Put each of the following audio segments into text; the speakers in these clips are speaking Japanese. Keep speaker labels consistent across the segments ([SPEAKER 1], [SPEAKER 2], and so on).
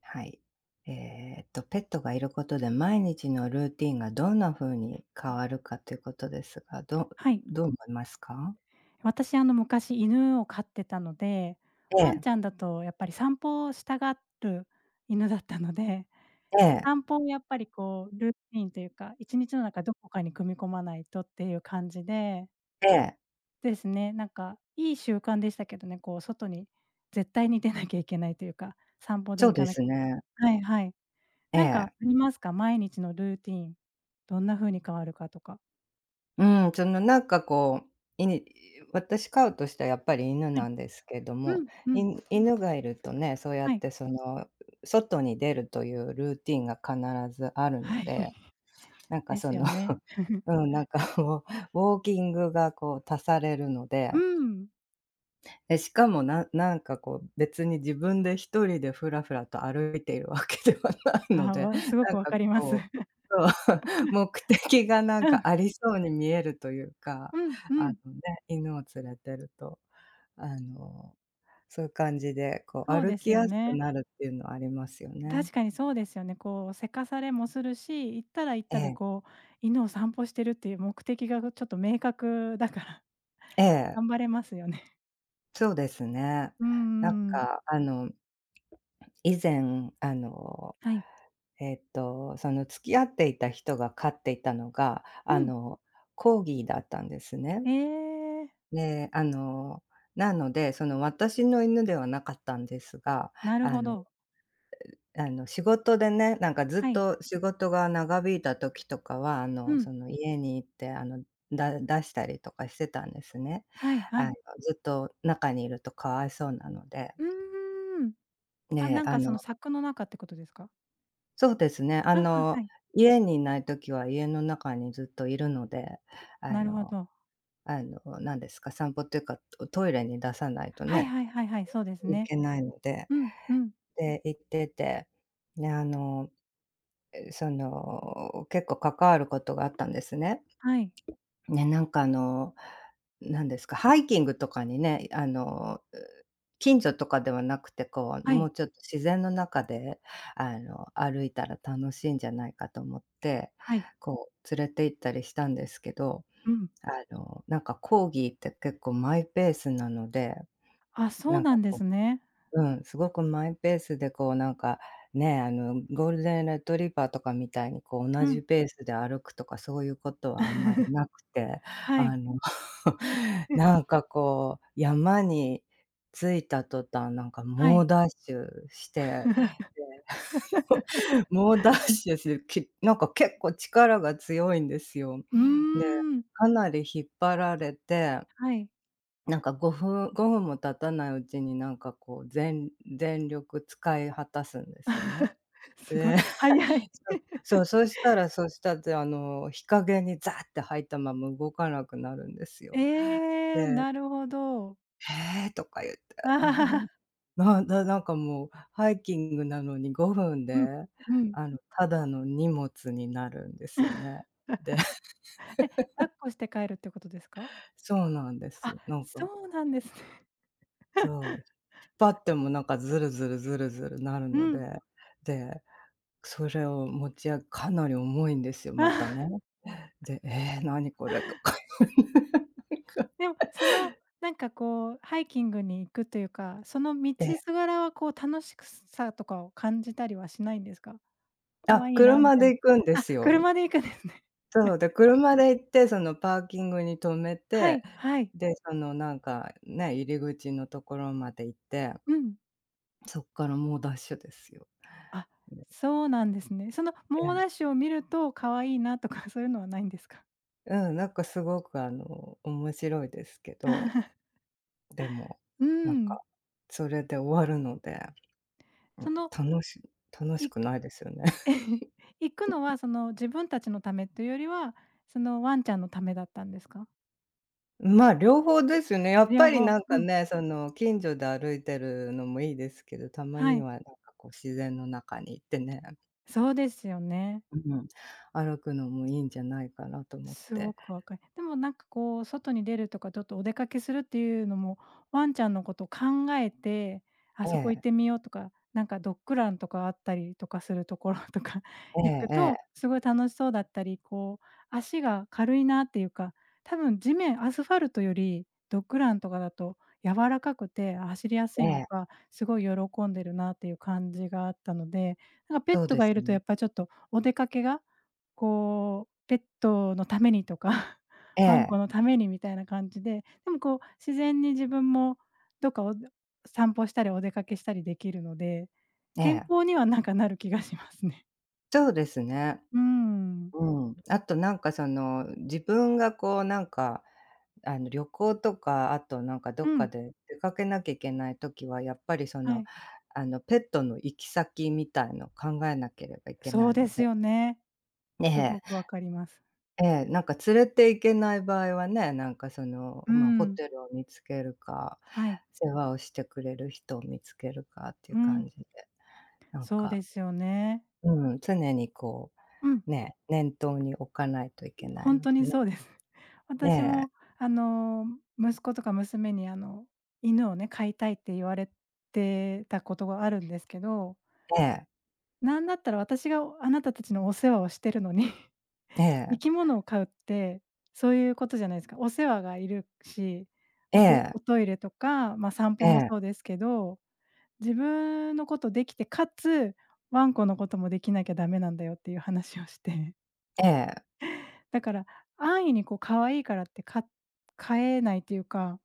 [SPEAKER 1] はい。ペットがいることで毎日のルーティンがどんな風に変わるかということですが、ど
[SPEAKER 2] はい。
[SPEAKER 1] どう思いますか？
[SPEAKER 2] 私、昔犬を飼ってたので、
[SPEAKER 1] え
[SPEAKER 2] ワン
[SPEAKER 1] え、
[SPEAKER 2] ちゃんだとやっぱり散歩をしたがる犬だったので、
[SPEAKER 1] ええ、
[SPEAKER 2] 散歩をやっぱりこうルーティーンというか、一日の中どこかに組み込まないとっていう感じで、
[SPEAKER 1] ええ、
[SPEAKER 2] ですね、なんかいい習慣でしたけどね、こう外に絶対に出なきゃいけないというか、散歩で
[SPEAKER 1] そう
[SPEAKER 2] 行か
[SPEAKER 1] で
[SPEAKER 2] なき
[SPEAKER 1] すね。
[SPEAKER 2] ゃはいはい。
[SPEAKER 1] え
[SPEAKER 2] なんかあ
[SPEAKER 1] え。
[SPEAKER 2] りますか？毎日のルーティーン、どんな風に変わるかとか。
[SPEAKER 1] うん、そのなんかこう、いに私飼うとしたらやっぱり犬
[SPEAKER 2] はい。
[SPEAKER 1] なんですけど
[SPEAKER 2] う
[SPEAKER 1] も、
[SPEAKER 2] ん、う
[SPEAKER 1] い
[SPEAKER 2] ん。
[SPEAKER 1] 犬がいるとね、そうやっ
[SPEAKER 2] はい。
[SPEAKER 1] てその、外に出るというルーティンが必ずあるの
[SPEAKER 2] はい。
[SPEAKER 1] で、なんか
[SPEAKER 2] で
[SPEAKER 1] そ
[SPEAKER 2] す
[SPEAKER 1] の、
[SPEAKER 2] よね。
[SPEAKER 1] うん、なんかもうウォーキングがこう足されるので
[SPEAKER 2] うん。
[SPEAKER 1] しかも、なんかこう、別に自分で一人でふらふらと歩いているわけではないの
[SPEAKER 2] あ、
[SPEAKER 1] で、
[SPEAKER 2] わすご
[SPEAKER 1] なん
[SPEAKER 2] くわ
[SPEAKER 1] か
[SPEAKER 2] かります。
[SPEAKER 1] こ うそう、目的がなん
[SPEAKER 2] う
[SPEAKER 1] か
[SPEAKER 2] ん。
[SPEAKER 1] ありそうに見えるというか、
[SPEAKER 2] うんう
[SPEAKER 1] あ
[SPEAKER 2] ん。
[SPEAKER 1] のね、犬を連れてると、あの、そういう感じで、こう
[SPEAKER 2] そう
[SPEAKER 1] 歩
[SPEAKER 2] で
[SPEAKER 1] き
[SPEAKER 2] すよ
[SPEAKER 1] やすく
[SPEAKER 2] ね。
[SPEAKER 1] なるっていうのはありますよね。
[SPEAKER 2] 確かにそうですよね。こう、せかされもするし、行ったら行っ
[SPEAKER 1] え
[SPEAKER 2] たで
[SPEAKER 1] え、
[SPEAKER 2] こう、犬を散歩してるっていう目的がちょっと明確だから、
[SPEAKER 1] ええ、
[SPEAKER 2] 頑張れますよね。
[SPEAKER 1] そうですね。
[SPEAKER 2] うん
[SPEAKER 1] なん
[SPEAKER 2] うん
[SPEAKER 1] か以前、
[SPEAKER 2] はい。
[SPEAKER 1] その付き合っていた人が飼っていたのが、
[SPEAKER 2] うん。
[SPEAKER 1] コーギーだったんですね。
[SPEAKER 2] えー
[SPEAKER 1] で、なので、その私の犬ではなかったんですが、
[SPEAKER 2] なる
[SPEAKER 1] あ
[SPEAKER 2] ほ
[SPEAKER 1] の
[SPEAKER 2] ど。
[SPEAKER 1] 仕事でね、なんかずっ
[SPEAKER 2] はい。
[SPEAKER 1] と仕事が長引いた時とかは、
[SPEAKER 2] うん。
[SPEAKER 1] その家に行って、出したりとかしてたんですね。
[SPEAKER 2] はいは
[SPEAKER 1] あの、
[SPEAKER 2] い。
[SPEAKER 1] ずっと中にいるとかわいそうなので。
[SPEAKER 2] うーん。あ、
[SPEAKER 1] ね、
[SPEAKER 2] なんかその柵の中ってことですか？
[SPEAKER 1] そうですね。
[SPEAKER 2] あ、は、はい。
[SPEAKER 1] 家にいないときは家の中にずっといるので、あ
[SPEAKER 2] なるほ
[SPEAKER 1] の
[SPEAKER 2] ど。
[SPEAKER 1] 何ですか、散歩っていうか、トイレに出さないと
[SPEAKER 2] はい
[SPEAKER 1] ね、
[SPEAKER 2] はいはいはい、そうです
[SPEAKER 1] い
[SPEAKER 2] ね。
[SPEAKER 1] けないので。
[SPEAKER 2] うん、うん。
[SPEAKER 1] で、行ってて、で、その、結構関わることがあったんですね。
[SPEAKER 2] はい。
[SPEAKER 1] ね、なんかなんですか、ハイキングとかにね、近所とかではなくて、こう、
[SPEAKER 2] は
[SPEAKER 1] も
[SPEAKER 2] い。
[SPEAKER 1] うちょっと自然の中で、歩いたら楽しいんじゃないかと思って、
[SPEAKER 2] はい。
[SPEAKER 1] こう、連れて行ったりしたんですけど、
[SPEAKER 2] うん。
[SPEAKER 1] あなんかコーギーって結構マイペースなので、
[SPEAKER 2] あ、そ
[SPEAKER 1] な
[SPEAKER 2] う
[SPEAKER 1] ん
[SPEAKER 2] な
[SPEAKER 1] か
[SPEAKER 2] んで
[SPEAKER 1] こう
[SPEAKER 2] すね。
[SPEAKER 1] うん、すごくマイペースでこうなんか、ね、ゴールデンレトリバーとかみたいにこう
[SPEAKER 2] う
[SPEAKER 1] 同
[SPEAKER 2] ん。
[SPEAKER 1] じペースで歩くとかそういうことはあんまり なくて、
[SPEAKER 2] はい、
[SPEAKER 1] あの なんかこう山に着いた途端なんか
[SPEAKER 2] は
[SPEAKER 1] 猛
[SPEAKER 2] い。
[SPEAKER 1] ダッシュして 猛ダッシュして、なんか結構力が強いんですよ。
[SPEAKER 2] うー
[SPEAKER 1] で、
[SPEAKER 2] ん、
[SPEAKER 1] かなり引っ張られて
[SPEAKER 2] はい。
[SPEAKER 1] なんか5分も経たないうちになんかこう、全力使い果たすんですね。
[SPEAKER 2] すごい、
[SPEAKER 1] で、
[SPEAKER 2] 早い。
[SPEAKER 1] そう、そう、そしたってあの、日陰にザーって入ったまま動かなくなるんですよ。
[SPEAKER 2] ええ、
[SPEAKER 1] で、
[SPEAKER 2] なるほど。
[SPEAKER 1] 「へえ」とか言って、
[SPEAKER 2] あは
[SPEAKER 1] あの、
[SPEAKER 2] はは
[SPEAKER 1] なんかもうハイキングなのに5分
[SPEAKER 2] うん、
[SPEAKER 1] で、
[SPEAKER 2] うん。
[SPEAKER 1] ただの荷物になるんですよね。で
[SPEAKER 2] え、抱っこして帰るってことですか？
[SPEAKER 1] そうなんで
[SPEAKER 2] あ、
[SPEAKER 1] す。なん
[SPEAKER 2] そ
[SPEAKER 1] か、
[SPEAKER 2] うなんですね。
[SPEAKER 1] そ う。張ってもなんかズルズルズルズルなる
[SPEAKER 2] う
[SPEAKER 1] の
[SPEAKER 2] ん。
[SPEAKER 1] で、で、それを持ち上げかなり重いんで すよ、またね。
[SPEAKER 2] あ
[SPEAKER 1] で、「ええ、何これ」とかえ
[SPEAKER 2] でも、その、なんかこう、ハイキングに行くというか、その道
[SPEAKER 1] え。
[SPEAKER 2] すがらはこう、楽しくさとかを感じたりはしないんですか？可
[SPEAKER 1] あ、
[SPEAKER 2] 愛いなみ
[SPEAKER 1] 車
[SPEAKER 2] たい
[SPEAKER 1] で
[SPEAKER 2] な。
[SPEAKER 1] 行くんで
[SPEAKER 2] あ、
[SPEAKER 1] すよ。
[SPEAKER 2] 車で行くんですね。
[SPEAKER 1] そう、で、車で行って、そのパーキングに止め
[SPEAKER 2] は
[SPEAKER 1] て、
[SPEAKER 2] いはい。
[SPEAKER 1] で、そのなんかね、入り口のところまで行って、
[SPEAKER 2] うん。
[SPEAKER 1] そっから猛ダッシュですよ。
[SPEAKER 2] あ、
[SPEAKER 1] うん、え
[SPEAKER 2] そうなんですね。その猛ダッシュを見ると可愛いなとか そういうのはないんですか？
[SPEAKER 1] え、うん、なんかすごく面白いですけど、でも、
[SPEAKER 2] う
[SPEAKER 1] なん
[SPEAKER 2] ん。
[SPEAKER 1] かそれで終わるので。う
[SPEAKER 2] そ
[SPEAKER 1] ん、
[SPEAKER 2] の、
[SPEAKER 1] 楽し楽し
[SPEAKER 2] い
[SPEAKER 1] くないですよね。
[SPEAKER 2] 行くのはその自分たちのためというよりは、そのワンちゃんのためだったんですか？
[SPEAKER 1] まあ、両方ですよね。やっぱ
[SPEAKER 2] 両
[SPEAKER 1] り
[SPEAKER 2] 方
[SPEAKER 1] なんか
[SPEAKER 2] うん、
[SPEAKER 1] ね、その近所で歩いてるのもいいですけど、たま
[SPEAKER 2] は
[SPEAKER 1] に
[SPEAKER 2] い。
[SPEAKER 1] はなんかこう自然の中に行ってね、
[SPEAKER 2] そうですよね。
[SPEAKER 1] うん、歩くのもいいんじゃないかなと思っ
[SPEAKER 2] すご
[SPEAKER 1] て。
[SPEAKER 2] くわかる。でもなんかこう、外に出るとか、ちょっとお出かけするっていうのも、ワンちゃんのことを考えて、あ
[SPEAKER 1] え
[SPEAKER 2] そこ行っ
[SPEAKER 1] え、
[SPEAKER 2] てみようとか、なんかドッグランとかあったりとかするところとか
[SPEAKER 1] え
[SPEAKER 2] 行く
[SPEAKER 1] え
[SPEAKER 2] と、
[SPEAKER 1] ええ
[SPEAKER 2] すごい楽しそうだったり、こう、足が軽いなっていうか、多分地面、アスファルトよりドッグランとかだと柔らかくて走りやす
[SPEAKER 1] え
[SPEAKER 2] いの
[SPEAKER 1] え、
[SPEAKER 2] か、すごい喜んでるなっていう感じがあったので、なんかペッ
[SPEAKER 1] そう
[SPEAKER 2] ト
[SPEAKER 1] で
[SPEAKER 2] が
[SPEAKER 1] す
[SPEAKER 2] いると
[SPEAKER 1] ね。
[SPEAKER 2] やっぱりちょっとお出かけがこう、ペットのためにとか
[SPEAKER 1] え
[SPEAKER 2] ワンコ
[SPEAKER 1] え、
[SPEAKER 2] のためにみたいな感じで、でもこう、自然に自分もどっかお散歩したりお出かけしたりできるので、
[SPEAKER 1] え
[SPEAKER 2] 健
[SPEAKER 1] え、
[SPEAKER 2] 康にはなんかなる気がしますね。
[SPEAKER 1] そうですね。
[SPEAKER 2] うん。
[SPEAKER 1] うん。あとなんかその、自分がこうなんか、旅行とか、あとなんかど
[SPEAKER 2] う
[SPEAKER 1] っか
[SPEAKER 2] ん、
[SPEAKER 1] で出かけなきゃいけない時は、やっぱりそ
[SPEAKER 2] は
[SPEAKER 1] の、
[SPEAKER 2] い。
[SPEAKER 1] ペットの行き先みたいの考えなければいけ
[SPEAKER 2] そ
[SPEAKER 1] な
[SPEAKER 2] う
[SPEAKER 1] い
[SPEAKER 2] で
[SPEAKER 1] の
[SPEAKER 2] す
[SPEAKER 1] で。
[SPEAKER 2] よね。すご
[SPEAKER 1] ね
[SPEAKER 2] くわかります。
[SPEAKER 1] え。ええ、なんか連れて行けない場合はね、なんかその、
[SPEAKER 2] う
[SPEAKER 1] まあ、ホ
[SPEAKER 2] ん、
[SPEAKER 1] テルを見つけるか、
[SPEAKER 2] はい。
[SPEAKER 1] 世話をしてくれる人を見つけるかっていう
[SPEAKER 2] うん、
[SPEAKER 1] 感じで、なん
[SPEAKER 2] そうで
[SPEAKER 1] か、
[SPEAKER 2] すよね。
[SPEAKER 1] うん、常にこ
[SPEAKER 2] うん。
[SPEAKER 1] う、ね、念頭に置かないといけな
[SPEAKER 2] ほ
[SPEAKER 1] い
[SPEAKER 2] ん
[SPEAKER 1] の
[SPEAKER 2] と
[SPEAKER 1] で
[SPEAKER 2] にそ
[SPEAKER 1] ね。
[SPEAKER 2] うです。
[SPEAKER 1] ね
[SPEAKER 2] 私も
[SPEAKER 1] え。
[SPEAKER 2] あの、息子とか娘にあの、犬をね、飼いたいって言われてたことがあるんですけど、
[SPEAKER 1] ええ、
[SPEAKER 2] なんだったら私があなたたちのお世話をしてるのに、
[SPEAKER 1] え
[SPEAKER 2] 生
[SPEAKER 1] え、
[SPEAKER 2] き物を飼うって、そういうことじゃないですか。お世話がいるし、
[SPEAKER 1] え
[SPEAKER 2] おて
[SPEAKER 1] え、
[SPEAKER 2] おトイレとか、ま、散
[SPEAKER 1] え
[SPEAKER 2] 歩も
[SPEAKER 1] え、
[SPEAKER 2] そうですけど、自分のことできて、かつ、ワンコのこともできなきゃダメなんだよっていう話をして。
[SPEAKER 1] ええ、
[SPEAKER 2] だから、安易にこう可愛いからってか買えないというか、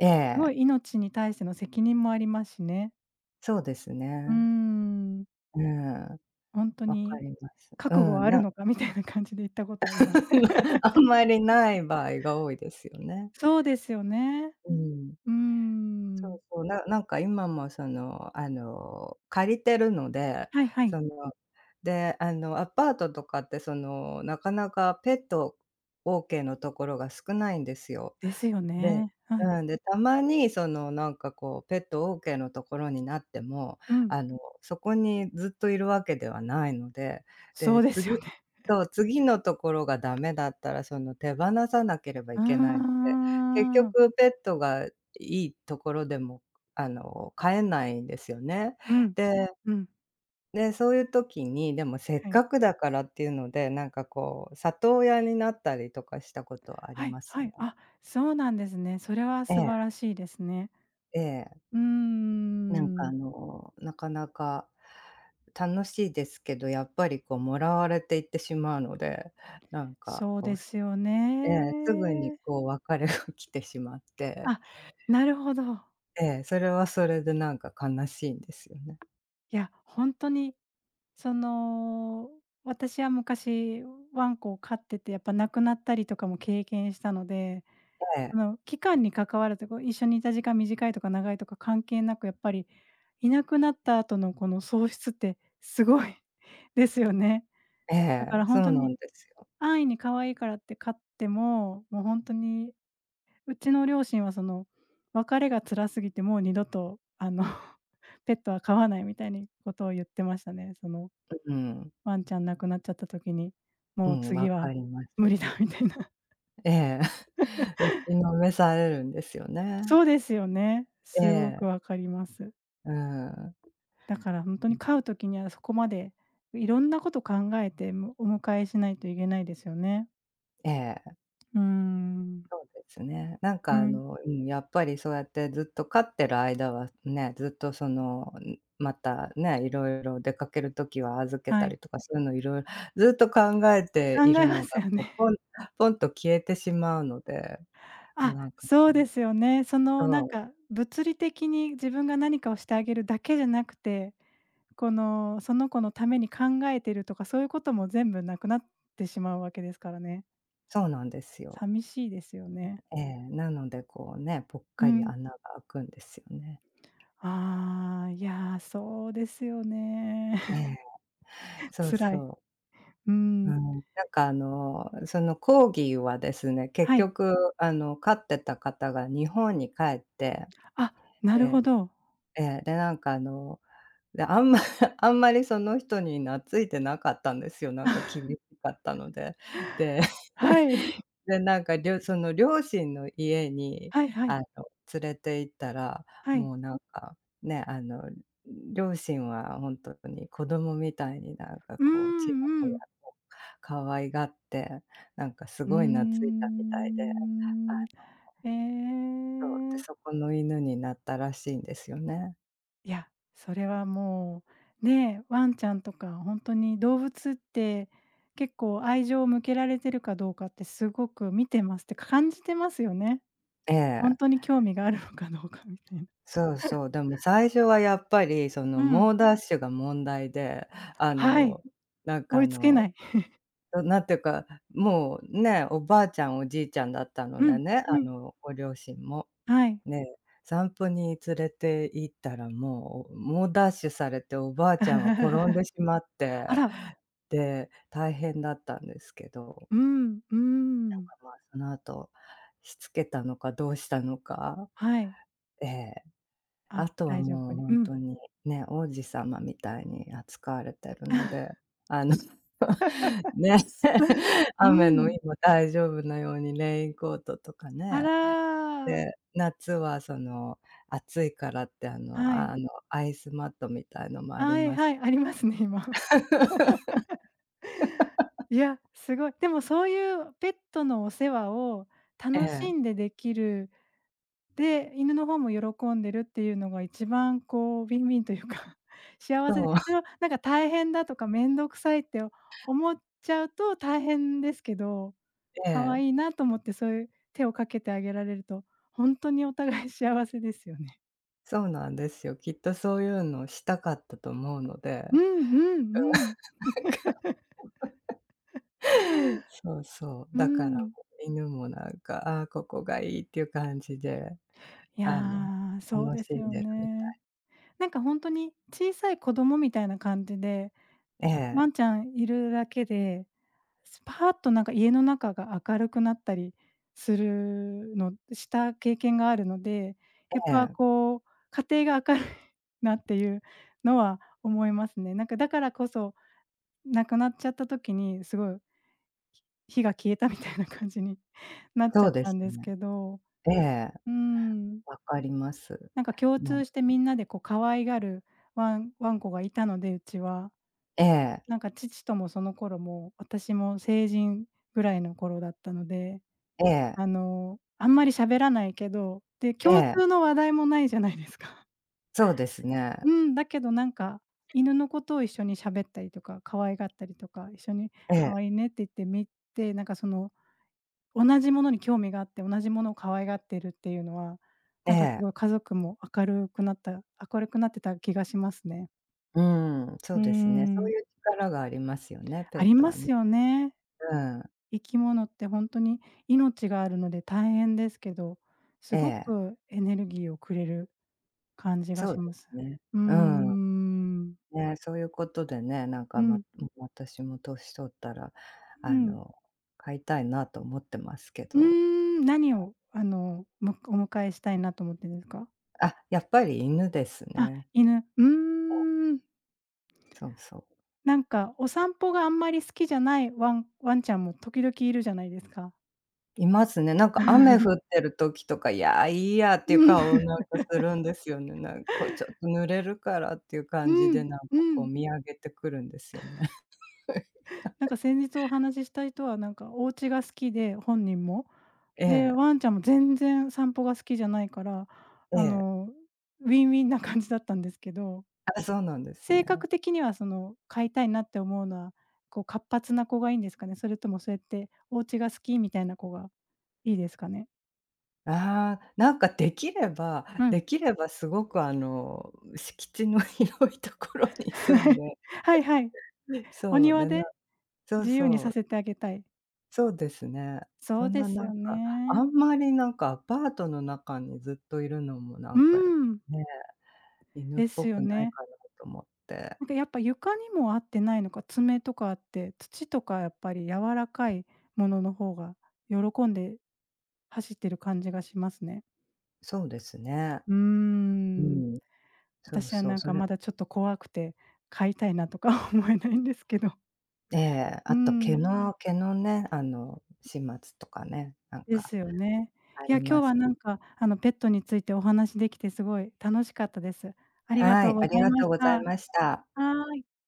[SPEAKER 1] え
[SPEAKER 2] すご
[SPEAKER 1] え、
[SPEAKER 2] い命に対しての責任もありますしね。
[SPEAKER 1] そうです
[SPEAKER 2] うー
[SPEAKER 1] ね。
[SPEAKER 2] ん、
[SPEAKER 1] うん、
[SPEAKER 2] ほんと
[SPEAKER 1] わか
[SPEAKER 2] に
[SPEAKER 1] ります。う
[SPEAKER 2] 覚悟は
[SPEAKER 1] ん、
[SPEAKER 2] あるのかみたいな感じで行ったことあります。
[SPEAKER 1] あんまりない場合が多いですよね。
[SPEAKER 2] そうですよね。
[SPEAKER 1] うん。
[SPEAKER 2] うー
[SPEAKER 1] そ
[SPEAKER 2] ん。
[SPEAKER 1] うそう、なんか今もその、借りてるので、
[SPEAKER 2] はいはい。
[SPEAKER 1] その、で、アパートとかってその、なかなかペット OK のところが少ないんですよ。
[SPEAKER 2] ですよ
[SPEAKER 1] で、
[SPEAKER 2] ね。はい。
[SPEAKER 1] うん、で、たまにそのなんかこうペット OK のところになっても、
[SPEAKER 2] うん。
[SPEAKER 1] そこにずっといるわけではないので、
[SPEAKER 2] そう
[SPEAKER 1] で、
[SPEAKER 2] ですよね。
[SPEAKER 1] そう、次のところがダメだったらその手放さなければい
[SPEAKER 2] うー
[SPEAKER 1] けないので、結
[SPEAKER 2] ん。
[SPEAKER 1] 局ペットがいいところでも、飼えないんですよね。
[SPEAKER 2] うん。
[SPEAKER 1] で
[SPEAKER 2] うん。
[SPEAKER 1] で、そういう時に、でもせっ
[SPEAKER 2] はい。
[SPEAKER 1] かくだからっていうので、なんかこう、里親になったりとかしたことはあり
[SPEAKER 2] はい
[SPEAKER 1] ます
[SPEAKER 2] はい。
[SPEAKER 1] ね。
[SPEAKER 2] あ、そうなんですね。それは
[SPEAKER 1] え
[SPEAKER 2] 素晴
[SPEAKER 1] え、
[SPEAKER 2] らしいですね。
[SPEAKER 1] ええ。
[SPEAKER 2] うー
[SPEAKER 1] なんか
[SPEAKER 2] ん。
[SPEAKER 1] なかなか楽しいですけど、やっぱりこうもらわれていってしまうので、なんか
[SPEAKER 2] そう
[SPEAKER 1] こ
[SPEAKER 2] で
[SPEAKER 1] う
[SPEAKER 2] すよ
[SPEAKER 1] ええ、すぐに
[SPEAKER 2] ね。
[SPEAKER 1] こう別れが来てしまって、
[SPEAKER 2] あ、なるほど。
[SPEAKER 1] ええ、それはそれでなんか悲しいんですよね。
[SPEAKER 2] いや、ほんとに、その、私は昔ワンコを飼ってて、やっぱ亡くなったりとかも経験したので、
[SPEAKER 1] え
[SPEAKER 2] そ
[SPEAKER 1] え、
[SPEAKER 2] の、期間に関わらず、こう、一緒にいた時間短いとか長いとか関係なく、やっぱりいなくなった後のこの喪失ってすごい ですよね。
[SPEAKER 1] え
[SPEAKER 2] だ
[SPEAKER 1] え、
[SPEAKER 2] からほん
[SPEAKER 1] そ
[SPEAKER 2] と
[SPEAKER 1] うな
[SPEAKER 2] に
[SPEAKER 1] んですよ。
[SPEAKER 2] 安易に可愛いからって飼っても、もうほんとにうちの両親はその、別れが辛すぎてもう二度と、ペットは飼わないみたいにことを言ってましたね。その、
[SPEAKER 1] うん、
[SPEAKER 2] ワンちゃん亡くなっちゃった時に、
[SPEAKER 1] う
[SPEAKER 2] もう
[SPEAKER 1] ん、わ
[SPEAKER 2] 次
[SPEAKER 1] か
[SPEAKER 2] は
[SPEAKER 1] りま
[SPEAKER 2] 無
[SPEAKER 1] す。
[SPEAKER 2] 理だみたいな。
[SPEAKER 1] ええ、打ちのめされるんですよね。
[SPEAKER 2] そうですよね。
[SPEAKER 1] え
[SPEAKER 2] すごく
[SPEAKER 1] え、
[SPEAKER 2] わかります。
[SPEAKER 1] うん、
[SPEAKER 2] だから本当に飼う時にはそこまで、いろんなこと考えて、お迎えしないといけないですよね。
[SPEAKER 1] ええ。
[SPEAKER 2] うーん。
[SPEAKER 1] そうですね。なんか
[SPEAKER 2] うん、
[SPEAKER 1] うん、やっぱりそうやってずっと飼ってる間はね、ずっとその、ん、またね、いろいろ出かける時は預けた
[SPEAKER 2] はい。
[SPEAKER 1] りとかそういうのいろいろずっと考え
[SPEAKER 2] 考
[SPEAKER 1] てい
[SPEAKER 2] え
[SPEAKER 1] る
[SPEAKER 2] ま
[SPEAKER 1] の
[SPEAKER 2] す
[SPEAKER 1] が、
[SPEAKER 2] よ
[SPEAKER 1] こう、
[SPEAKER 2] ね。
[SPEAKER 1] ポンポンと消えてしまうので、もう
[SPEAKER 2] あ、
[SPEAKER 1] なんか
[SPEAKER 2] そう
[SPEAKER 1] こ
[SPEAKER 2] で
[SPEAKER 1] う
[SPEAKER 2] すよね。その、な
[SPEAKER 1] そ
[SPEAKER 2] ん
[SPEAKER 1] う、
[SPEAKER 2] か、物理的に自分が何かをしてあげるだけじゃなくて、この、その子のために考えてるとか、そういうことも全部なくなってしまうわけですからね。
[SPEAKER 1] そうなんですよ。
[SPEAKER 2] 寂しいですよね。
[SPEAKER 1] ええ、なのでこうね、ぽっ
[SPEAKER 2] う
[SPEAKER 1] かり
[SPEAKER 2] ん。
[SPEAKER 1] 穴が開くんですよね。
[SPEAKER 2] ああ、いや、そうですよね。
[SPEAKER 1] ええ、そう
[SPEAKER 2] 辛い。
[SPEAKER 1] そう。
[SPEAKER 2] う
[SPEAKER 1] う
[SPEAKER 2] ん。
[SPEAKER 1] ん、なんかその講義はですね、結
[SPEAKER 2] はい。
[SPEAKER 1] 局飼ってた方が日本に帰って、
[SPEAKER 2] あ、なるほ
[SPEAKER 1] で、
[SPEAKER 2] ど。
[SPEAKER 1] ええ、で、なんかで、あんまりその人に懐いてなかったんですよ、なんか厳 しかったので。で
[SPEAKER 2] はい。
[SPEAKER 1] で、なんか、その両親の家に、
[SPEAKER 2] はいは
[SPEAKER 1] あ
[SPEAKER 2] い。
[SPEAKER 1] の、連れて行ったら、
[SPEAKER 2] は
[SPEAKER 1] も
[SPEAKER 2] い。
[SPEAKER 1] うなんか、ね、両親はほんとに子供みたいになんか
[SPEAKER 2] うーん、
[SPEAKER 1] こう、ちやほや
[SPEAKER 2] うん。
[SPEAKER 1] と可愛がって、なんかす
[SPEAKER 2] うー
[SPEAKER 1] ごい懐いたみたいで、
[SPEAKER 2] ん。
[SPEAKER 1] あ、
[SPEAKER 2] へ
[SPEAKER 1] そう、で、そ
[SPEAKER 2] え。
[SPEAKER 1] この犬になったらしいんですよね。
[SPEAKER 2] いや、それはもう、ね、ワンちゃんとか本当に動物って結構愛情を向けられてるかどうかってすごく見てますって感じてますよね。
[SPEAKER 1] え
[SPEAKER 2] 本
[SPEAKER 1] え、
[SPEAKER 2] 当に興味があるのかどうかみたいな。
[SPEAKER 1] そうそう。でも最初はやっぱり、そ
[SPEAKER 2] う
[SPEAKER 1] の、
[SPEAKER 2] ん、
[SPEAKER 1] 猛ダッシュが問題で、あ
[SPEAKER 2] はい、
[SPEAKER 1] の、なんか
[SPEAKER 2] 追いつけない。
[SPEAKER 1] なんていうか、もうね、おばあちゃん、おじいちゃんだったの
[SPEAKER 2] う
[SPEAKER 1] で
[SPEAKER 2] ん、
[SPEAKER 1] ね、
[SPEAKER 2] うん、
[SPEAKER 1] ご両親も。
[SPEAKER 2] はい。
[SPEAKER 1] ね、散歩に連れて行ったら、もう猛ダッシュされて、おばあちゃんは転ん でしまって、
[SPEAKER 2] あら、
[SPEAKER 1] で、大変だったんですけど、
[SPEAKER 2] うん、うん、
[SPEAKER 1] まあ、その後、しつけたのかどうしたのか、
[SPEAKER 2] はい。
[SPEAKER 1] ええ。あ
[SPEAKER 2] あ、
[SPEAKER 1] とは
[SPEAKER 2] 大丈夫
[SPEAKER 1] もう
[SPEAKER 2] に、う
[SPEAKER 1] 本
[SPEAKER 2] ん。
[SPEAKER 1] 当にね、王子様みたいに扱われてるので、あの、ね、
[SPEAKER 2] う
[SPEAKER 1] 雨の
[SPEAKER 2] ん、
[SPEAKER 1] 日も大丈夫なようにレインコートとか
[SPEAKER 2] あら
[SPEAKER 1] ね。
[SPEAKER 2] ー、
[SPEAKER 1] で、夏はその暑いからって
[SPEAKER 2] はい。
[SPEAKER 1] アイスマットみたいのもあり
[SPEAKER 2] はい
[SPEAKER 1] ま
[SPEAKER 2] は
[SPEAKER 1] す。
[SPEAKER 2] い、ありますね、今。いや、すごい。でもそういうペットのお世話を
[SPEAKER 1] え
[SPEAKER 2] 楽
[SPEAKER 1] え、
[SPEAKER 2] しんでできる、で、犬の方も喜んでるっていうのが一番こうウィンウィンというか、幸せで、
[SPEAKER 1] そう、
[SPEAKER 2] それ はなんか大変だとか面倒くさいって思っちゃうと大変ですけど、
[SPEAKER 1] え
[SPEAKER 2] 可
[SPEAKER 1] え、
[SPEAKER 2] 愛いなと思ってそういう手をかけてあげられると、ほんとにお互い幸せですよね。
[SPEAKER 1] そうなんですよ。きっとそういうのをしたかったと思うので、
[SPEAKER 2] う
[SPEAKER 1] な
[SPEAKER 2] んうんうん。
[SPEAKER 1] んか そうそう、
[SPEAKER 2] う
[SPEAKER 1] だから
[SPEAKER 2] ん。
[SPEAKER 1] 犬もなんか、ああ、ここがいいっていう感じで
[SPEAKER 2] い
[SPEAKER 1] あの、
[SPEAKER 2] や、そう
[SPEAKER 1] 楽
[SPEAKER 2] で
[SPEAKER 1] し
[SPEAKER 2] す
[SPEAKER 1] ん
[SPEAKER 2] よ
[SPEAKER 1] でるみた
[SPEAKER 2] ね。
[SPEAKER 1] い。
[SPEAKER 2] なんか本当に小さい子供みたいな感じで、
[SPEAKER 1] え
[SPEAKER 2] ワ
[SPEAKER 1] え、
[SPEAKER 2] ンちゃんいるだけで、スパーッとなんか家の中が明るくなったりするのした経験があるので、やっ
[SPEAKER 1] え
[SPEAKER 2] ぱ
[SPEAKER 1] え、
[SPEAKER 2] こう、家庭が明るい なっていうのは思いますね。なんかだからこそ、亡くなっちゃった時にすごい火が消えたみたいな感じになっち
[SPEAKER 1] そ
[SPEAKER 2] ゃ
[SPEAKER 1] う
[SPEAKER 2] っ
[SPEAKER 1] で
[SPEAKER 2] た
[SPEAKER 1] す
[SPEAKER 2] んです
[SPEAKER 1] ね。
[SPEAKER 2] けど、
[SPEAKER 1] ええ、
[SPEAKER 2] うん、
[SPEAKER 1] わかります。
[SPEAKER 2] なんか共
[SPEAKER 1] も
[SPEAKER 2] 通
[SPEAKER 1] う、
[SPEAKER 2] してみんなでこう可愛がるワンコがいたので、うちは。
[SPEAKER 1] ええ、
[SPEAKER 2] なんか父ともその頃も私も成人ぐらいの頃だったので、
[SPEAKER 1] ええ、
[SPEAKER 2] あんまり喋らないけど、で、
[SPEAKER 1] え
[SPEAKER 2] 共
[SPEAKER 1] え、
[SPEAKER 2] 通の話題もないじゃないですか。
[SPEAKER 1] そうです ね。
[SPEAKER 2] うん、だけどなんか、犬のことを一緒に喋ったりとか、可愛がったりとか、一緒に
[SPEAKER 1] ええ、
[SPEAKER 2] 可愛いねって言って見て、なんかその、同じものに興味があって、同じものを可愛がってるっていうのは、
[SPEAKER 1] え
[SPEAKER 2] なんかす
[SPEAKER 1] え、
[SPEAKER 2] ごい家族も明るくなってた気がしますね。
[SPEAKER 1] うん、そ
[SPEAKER 2] う
[SPEAKER 1] う
[SPEAKER 2] ー
[SPEAKER 1] ですね。そう
[SPEAKER 2] ん、
[SPEAKER 1] いう力がありますよね、ペ
[SPEAKER 2] あ
[SPEAKER 1] ッ
[SPEAKER 2] り
[SPEAKER 1] ト
[SPEAKER 2] ま
[SPEAKER 1] はね。
[SPEAKER 2] すよね。
[SPEAKER 1] うん、
[SPEAKER 2] 生き物って本当に命があるので大変ですけど、す
[SPEAKER 1] え
[SPEAKER 2] ご
[SPEAKER 1] え、
[SPEAKER 2] くエネルギーをくれる感じが
[SPEAKER 1] そう
[SPEAKER 2] し
[SPEAKER 1] で
[SPEAKER 2] ます。
[SPEAKER 1] すね。
[SPEAKER 2] うー
[SPEAKER 1] うん、
[SPEAKER 2] ん。
[SPEAKER 1] ね、そういうことでね、なんか、
[SPEAKER 2] うん、
[SPEAKER 1] 私も年取ったら、
[SPEAKER 2] う
[SPEAKER 1] あ
[SPEAKER 2] ん。
[SPEAKER 1] の、飼いたいなと思ってますけ
[SPEAKER 2] うー
[SPEAKER 1] ど、
[SPEAKER 2] ん、何を、お迎えしたいなと思ってんですか？
[SPEAKER 1] あ、やっぱり犬です
[SPEAKER 2] あ、
[SPEAKER 1] ね。
[SPEAKER 2] 犬。うーん。
[SPEAKER 1] そうそう。
[SPEAKER 2] なんかお散歩があんまり好きじゃないワンちゃんも時々いるじゃないですか。
[SPEAKER 1] いますね。なんか雨降っ てる時とか、いや、いいやっていう
[SPEAKER 2] う
[SPEAKER 1] 顔
[SPEAKER 2] ん。
[SPEAKER 1] をなんかするんですよね。こうちょっと濡れるからっていう
[SPEAKER 2] う
[SPEAKER 1] 感じで、
[SPEAKER 2] ん、
[SPEAKER 1] なんか
[SPEAKER 2] う
[SPEAKER 1] こう
[SPEAKER 2] ん。
[SPEAKER 1] 見上げてくるんですよね。
[SPEAKER 2] なんか先日お話しした人はなんかお家が好きで、本人も。
[SPEAKER 1] え
[SPEAKER 2] で、
[SPEAKER 1] え、
[SPEAKER 2] ワンちゃんも全然散歩が好きじゃないから、
[SPEAKER 1] え
[SPEAKER 2] あ
[SPEAKER 1] え。
[SPEAKER 2] の、ウィンウィンな感じだったんですけど、
[SPEAKER 1] あ、そうなんです
[SPEAKER 2] 性
[SPEAKER 1] ね。
[SPEAKER 2] 格的にはその飼いたいなって思うのは、こう活発な子がいいんですかね？それともそうやってお家が好きみたいな子がいいですかね？
[SPEAKER 1] ああ、なんかできれば
[SPEAKER 2] うん。
[SPEAKER 1] できればすごく敷地の 広いところに住ん で、
[SPEAKER 2] はいはい。お
[SPEAKER 1] そう、
[SPEAKER 2] 庭で
[SPEAKER 1] そう
[SPEAKER 2] 自由に
[SPEAKER 1] そ
[SPEAKER 2] さ
[SPEAKER 1] う、
[SPEAKER 2] せてあげたい。
[SPEAKER 1] そうですね。
[SPEAKER 2] そ
[SPEAKER 1] そ
[SPEAKER 2] う
[SPEAKER 1] ん
[SPEAKER 2] で
[SPEAKER 1] な
[SPEAKER 2] す
[SPEAKER 1] なん
[SPEAKER 2] よ
[SPEAKER 1] か、あ
[SPEAKER 2] ね。
[SPEAKER 1] んまりなんかアパートの中にずっといるのもな
[SPEAKER 2] うー
[SPEAKER 1] んか
[SPEAKER 2] ん。
[SPEAKER 1] ね。犬っ
[SPEAKER 2] で
[SPEAKER 1] ぽ
[SPEAKER 2] すよ
[SPEAKER 1] くない
[SPEAKER 2] ね。
[SPEAKER 1] かなと思って。
[SPEAKER 2] なんかやっぱ床にも合ってないのか、爪とかあって、土とかやっぱり柔らかいものの方が喜んで走ってる感じがしますね。
[SPEAKER 1] そうですね。
[SPEAKER 2] うー
[SPEAKER 1] う
[SPEAKER 2] ん、
[SPEAKER 1] ん。そう
[SPEAKER 2] 私は
[SPEAKER 1] そう、
[SPEAKER 2] なんかまだちょっと怖くて、飼いたいなとか 思えないんですけど。
[SPEAKER 1] ええ、
[SPEAKER 2] う
[SPEAKER 1] あ
[SPEAKER 2] ー
[SPEAKER 1] と
[SPEAKER 2] ん、
[SPEAKER 1] 毛のね、始末とかね、なん
[SPEAKER 2] で
[SPEAKER 1] か
[SPEAKER 2] すよね。
[SPEAKER 1] あ
[SPEAKER 2] いや、
[SPEAKER 1] り
[SPEAKER 2] 今
[SPEAKER 1] ま
[SPEAKER 2] 日
[SPEAKER 1] す。
[SPEAKER 2] はなんかあのペットについてお話できてすごい楽しかったです。ありが
[SPEAKER 1] は
[SPEAKER 2] とう
[SPEAKER 1] い、
[SPEAKER 2] ご
[SPEAKER 1] あ
[SPEAKER 2] ざ
[SPEAKER 1] り
[SPEAKER 2] い
[SPEAKER 1] が
[SPEAKER 2] ま
[SPEAKER 1] とう
[SPEAKER 2] し
[SPEAKER 1] ご
[SPEAKER 2] た。
[SPEAKER 1] ざい
[SPEAKER 2] は
[SPEAKER 1] ました。
[SPEAKER 2] ーい。